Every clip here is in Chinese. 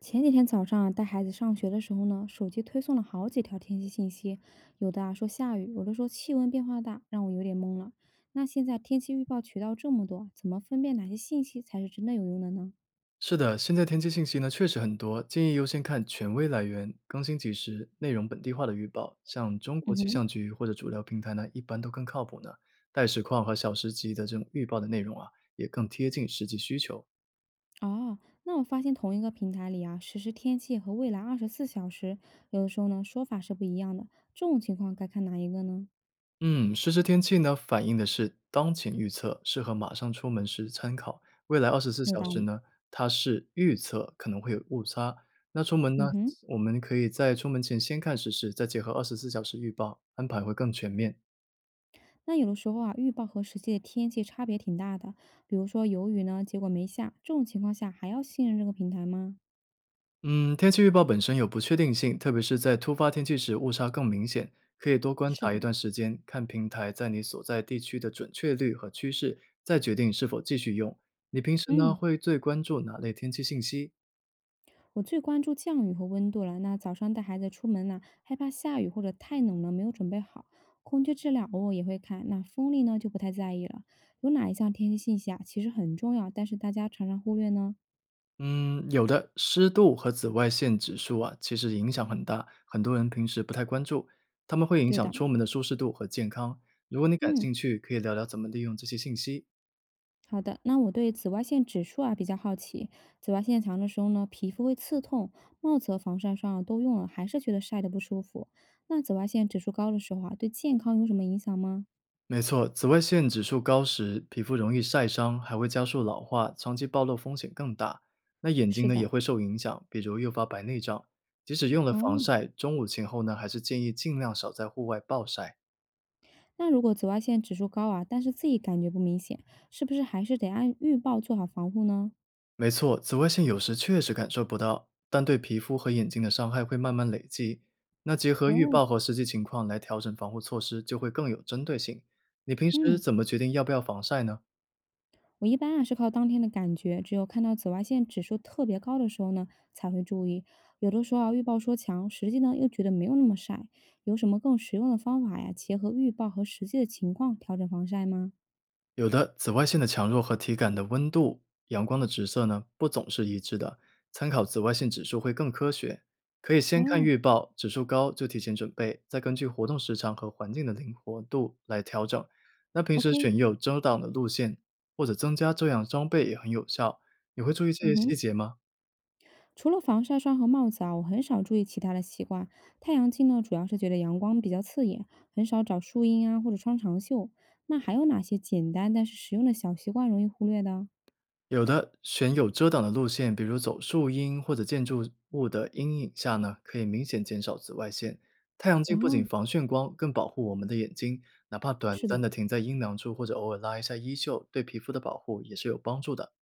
前几天早上啊，带孩子上学的时候呢，手机推送了好几条天气信息，有的啊说下雨，有的说气温变化大，让我有点懵了。那现在天气预报渠道这么多，怎么分辨哪些信息才是真的有用的呢？是的，现在天气信息呢确实很多，建议优先看权威来源，更新及时，内容本地化的预报，像中国嗯气哼。象局或者主流平台呢，一般都更靠谱呢。带实况和小时级的这种预报的内容啊，也更贴近实际需求。哦，那我发现同一个平台里啊，实时天气和未来24小时，有的时候呢说法是不一样的，这种情况该看哪一个呢？嗯，实时天气呢，反映的是当前预测，适合马上出门时参考。未来二十四有小道时理。呢，它是预测可能会有误差。那出门嗯呢，哼。我们可以在出门前先看实时，再结合二十四小时预报，安排会更全面。那有的时候啊，预报和实际的天气差别挺大的。比如说有雨呢，结果没下，这种情况下还要信任这个平台吗？嗯，天气预报本身有不确定性，特别是在突发天气时，误差更明显。可以多观是察的。一段时间，看平台在你所在地区的准确率和趋势，再决定是否继续用。你平时呢，嗯，会最关注哪类天气信息？我最关注降雨和温度了。那早上带孩子出门呢，害怕下雨或者太冷了，没有准备好。空气质量偶尔也会看，那风力呢就不太在意了。有哪一项天气信息啊，其实很重要，但是大家常常忽略呢？嗯，有的，湿度和紫外线指数啊，其实影响很大，很多人平时不太关注，它们会影对响的。出门的舒适度和健康。如果你感嗯。兴趣，可以聊聊怎么利用这些信息。好的，那我对紫外线指数啊比较好奇。紫外线强的时候呢，皮肤会刺痛，帽子和防晒霜啊都用了，还是觉得晒的不舒服。那紫外线指数高的时候啊，对健康有什么影响吗？没错，紫外线指数高时，皮肤容易晒伤，还会加速老化，长期暴露风险更大。那眼睛是呢也的。会受影响，比如诱发白内障。即使用了防哦，晒，中午前后呢，还是建议尽量少在户外暴晒。那如果紫外线指数高啊，但是自己感觉不明显，是不是还是得按预报做好防护呢？没错，紫外线有时确实感受不到，但对皮肤和眼睛的伤害会慢慢累积。那结合预哦。报和实际情况来调整防护措施，就会更有针对性。你平时嗯。怎么决定要不要防晒呢？我一般啊是靠当天的感觉，只有看到紫外线指数特别高的时候呢，才会注意。有的时候啊，预报说强，实际呢又觉得没有那么晒。有什么更实用的方法呀？结合预报和实际的情况调整防晒吗？有的，紫外线的强弱和体感的温度、阳光的直射呢，不总是一致的。参考紫外线指数会更科学。可以先看哦预报，指数高就提前准备，再根据活动时长和环境的灵活度来调整。那平时选，OK。有遮挡的路线，或者增加遮阳装备也很有效。你会注意这嗯些细哼。节吗？除了防晒霜和帽子啊，我很少注意其他的习惯。太阳镜呢，主要是觉得阳光比较刺眼，很少找树荫啊或者穿长袖。那还有哪些简单但是实用的小习惯容易忽略的？有的，选有遮挡的路线，比如走树荫或者建筑物的阴影下呢，可以明显减少紫外线。太阳镜不仅哦，防眩光，更保护我们的眼睛。哪怕短是的。暂的停在阴凉处，或者偶尔拉一下衣袖，对皮肤的保护也是有帮助的。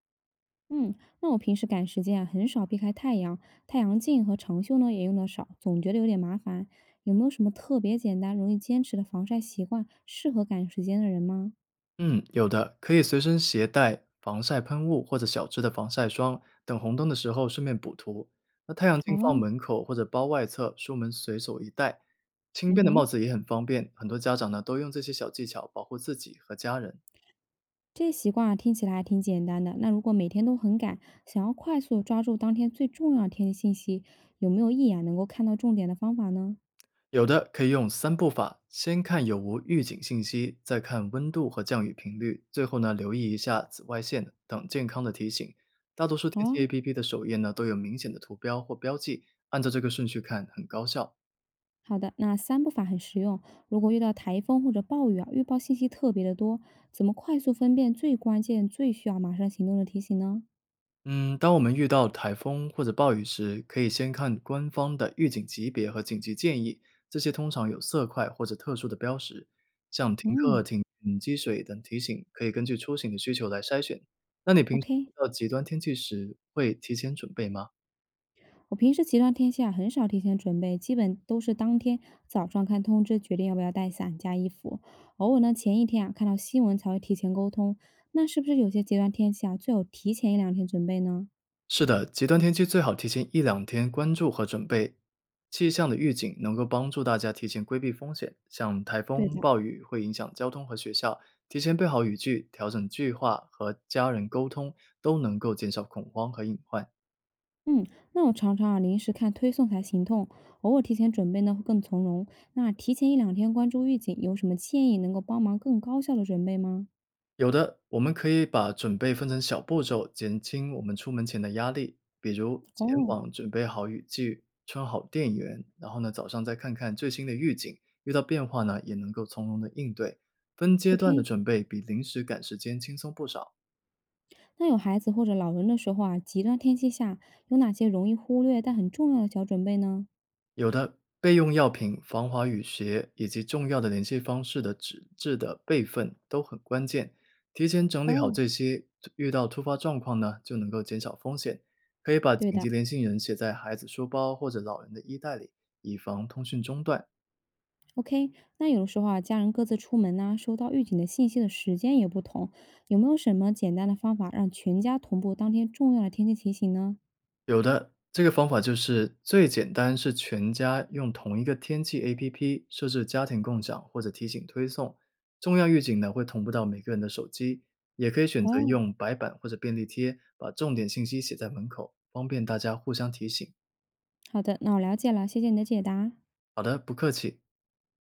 嗯，那我平时赶时间啊，很少避开太阳，太阳镜和长袖呢也用的少，总觉得有点麻烦。有没有什么特别简单、容易坚持的防晒习惯，适合赶时间的人吗？嗯，有的，可以随身携带防晒喷雾或者小支的防晒霜，等红灯的时候顺便补涂。那太阳镜放哦。门口或者包外侧，出门随手一戴。轻嗯便的帽哼，子也很方便，很多家长呢都用这些小技巧保护自己和家人。这些习惯啊听起来还挺简单的。那如果每天都很赶，想要快速地抓住当天最重要的天气信息，有没有一眼能够看到重点的方法呢？有的可以用三步法，先看有无预警信息，再看温度和降雨频率，最后呢留意一下紫外线等健康的提醒。大多数天气 哦，APP 的首页呢都有明显的图标或标记，按照这个顺序看很高效。好的，那三步法很实用。如果遇到台风或者暴雨啊，预报信息特别的多，怎么快速分辨最关键、最需要马上行动的提醒呢？嗯，当我们遇到台风或者暴雨时，可以先看官方的预警级别和紧急建议，这些通常有色块或者特殊的标识，像停课、嗯停电、积水等提醒，可以根据出行的需求来筛选。那你平时，OK。遇到极端天气时，会提前准备吗？我平时极端天气啊，很少提前准备，基本都是当天早上看通知决定要不要带伞加衣服。偶尔呢，前一天啊看到新闻才会提前沟通。那是不是有些极端天气啊，最好提前一两天准备呢？是的，极端天气最好提前一两天关注和准备。气象的预警能够帮助大家提前规避风险，像台对风、的。暴雨会影响交通和学校，提前备好雨具、调整计划和家人沟通，都能够减少恐慌和隐患。嗯，那我常常啊临时看推送才行动，偶尔提前准备呢会更从容。那提前一两天关注预警，有什么建议能够帮忙更高效的准备吗？有的，我们可以把准备分成小步骤，减轻我们出门前的压力。比如前哦往准备好雨具，穿好电源，然后呢，早上再看看最新的预警，遇到变化呢，也能够从容的应对。分阶段的，OK。准备比临时赶时间轻松不少。那有孩子或者老人的时候啊，极端天气下有哪些容易忽略但很重要的小准备呢？有的备用药品、防滑雨鞋以及重要的联系方式的纸质的备份都很关键。提前整理好哦，这些，遇到突发状况呢，就能够减少风险。可以把对紧急的联系人写在孩子书包或者老人的衣袋里，以防通讯中断。，OK。那有的时候啊，家人各自出门呐、收到预警的信息的时间也不同，有没有什么简单的方法让全家同步当天重要的天气提醒呢？这个方法就是最简单，是全家用同一个天气 APP 设置家庭共享或者提醒推送，重要预警呢会同步到每个人的手机。也可以选择哦，用白板或者便利贴，把重点信息写在门口，方便大家互相提醒。好的，那我了解了，谢谢你的解答。好的，不客气。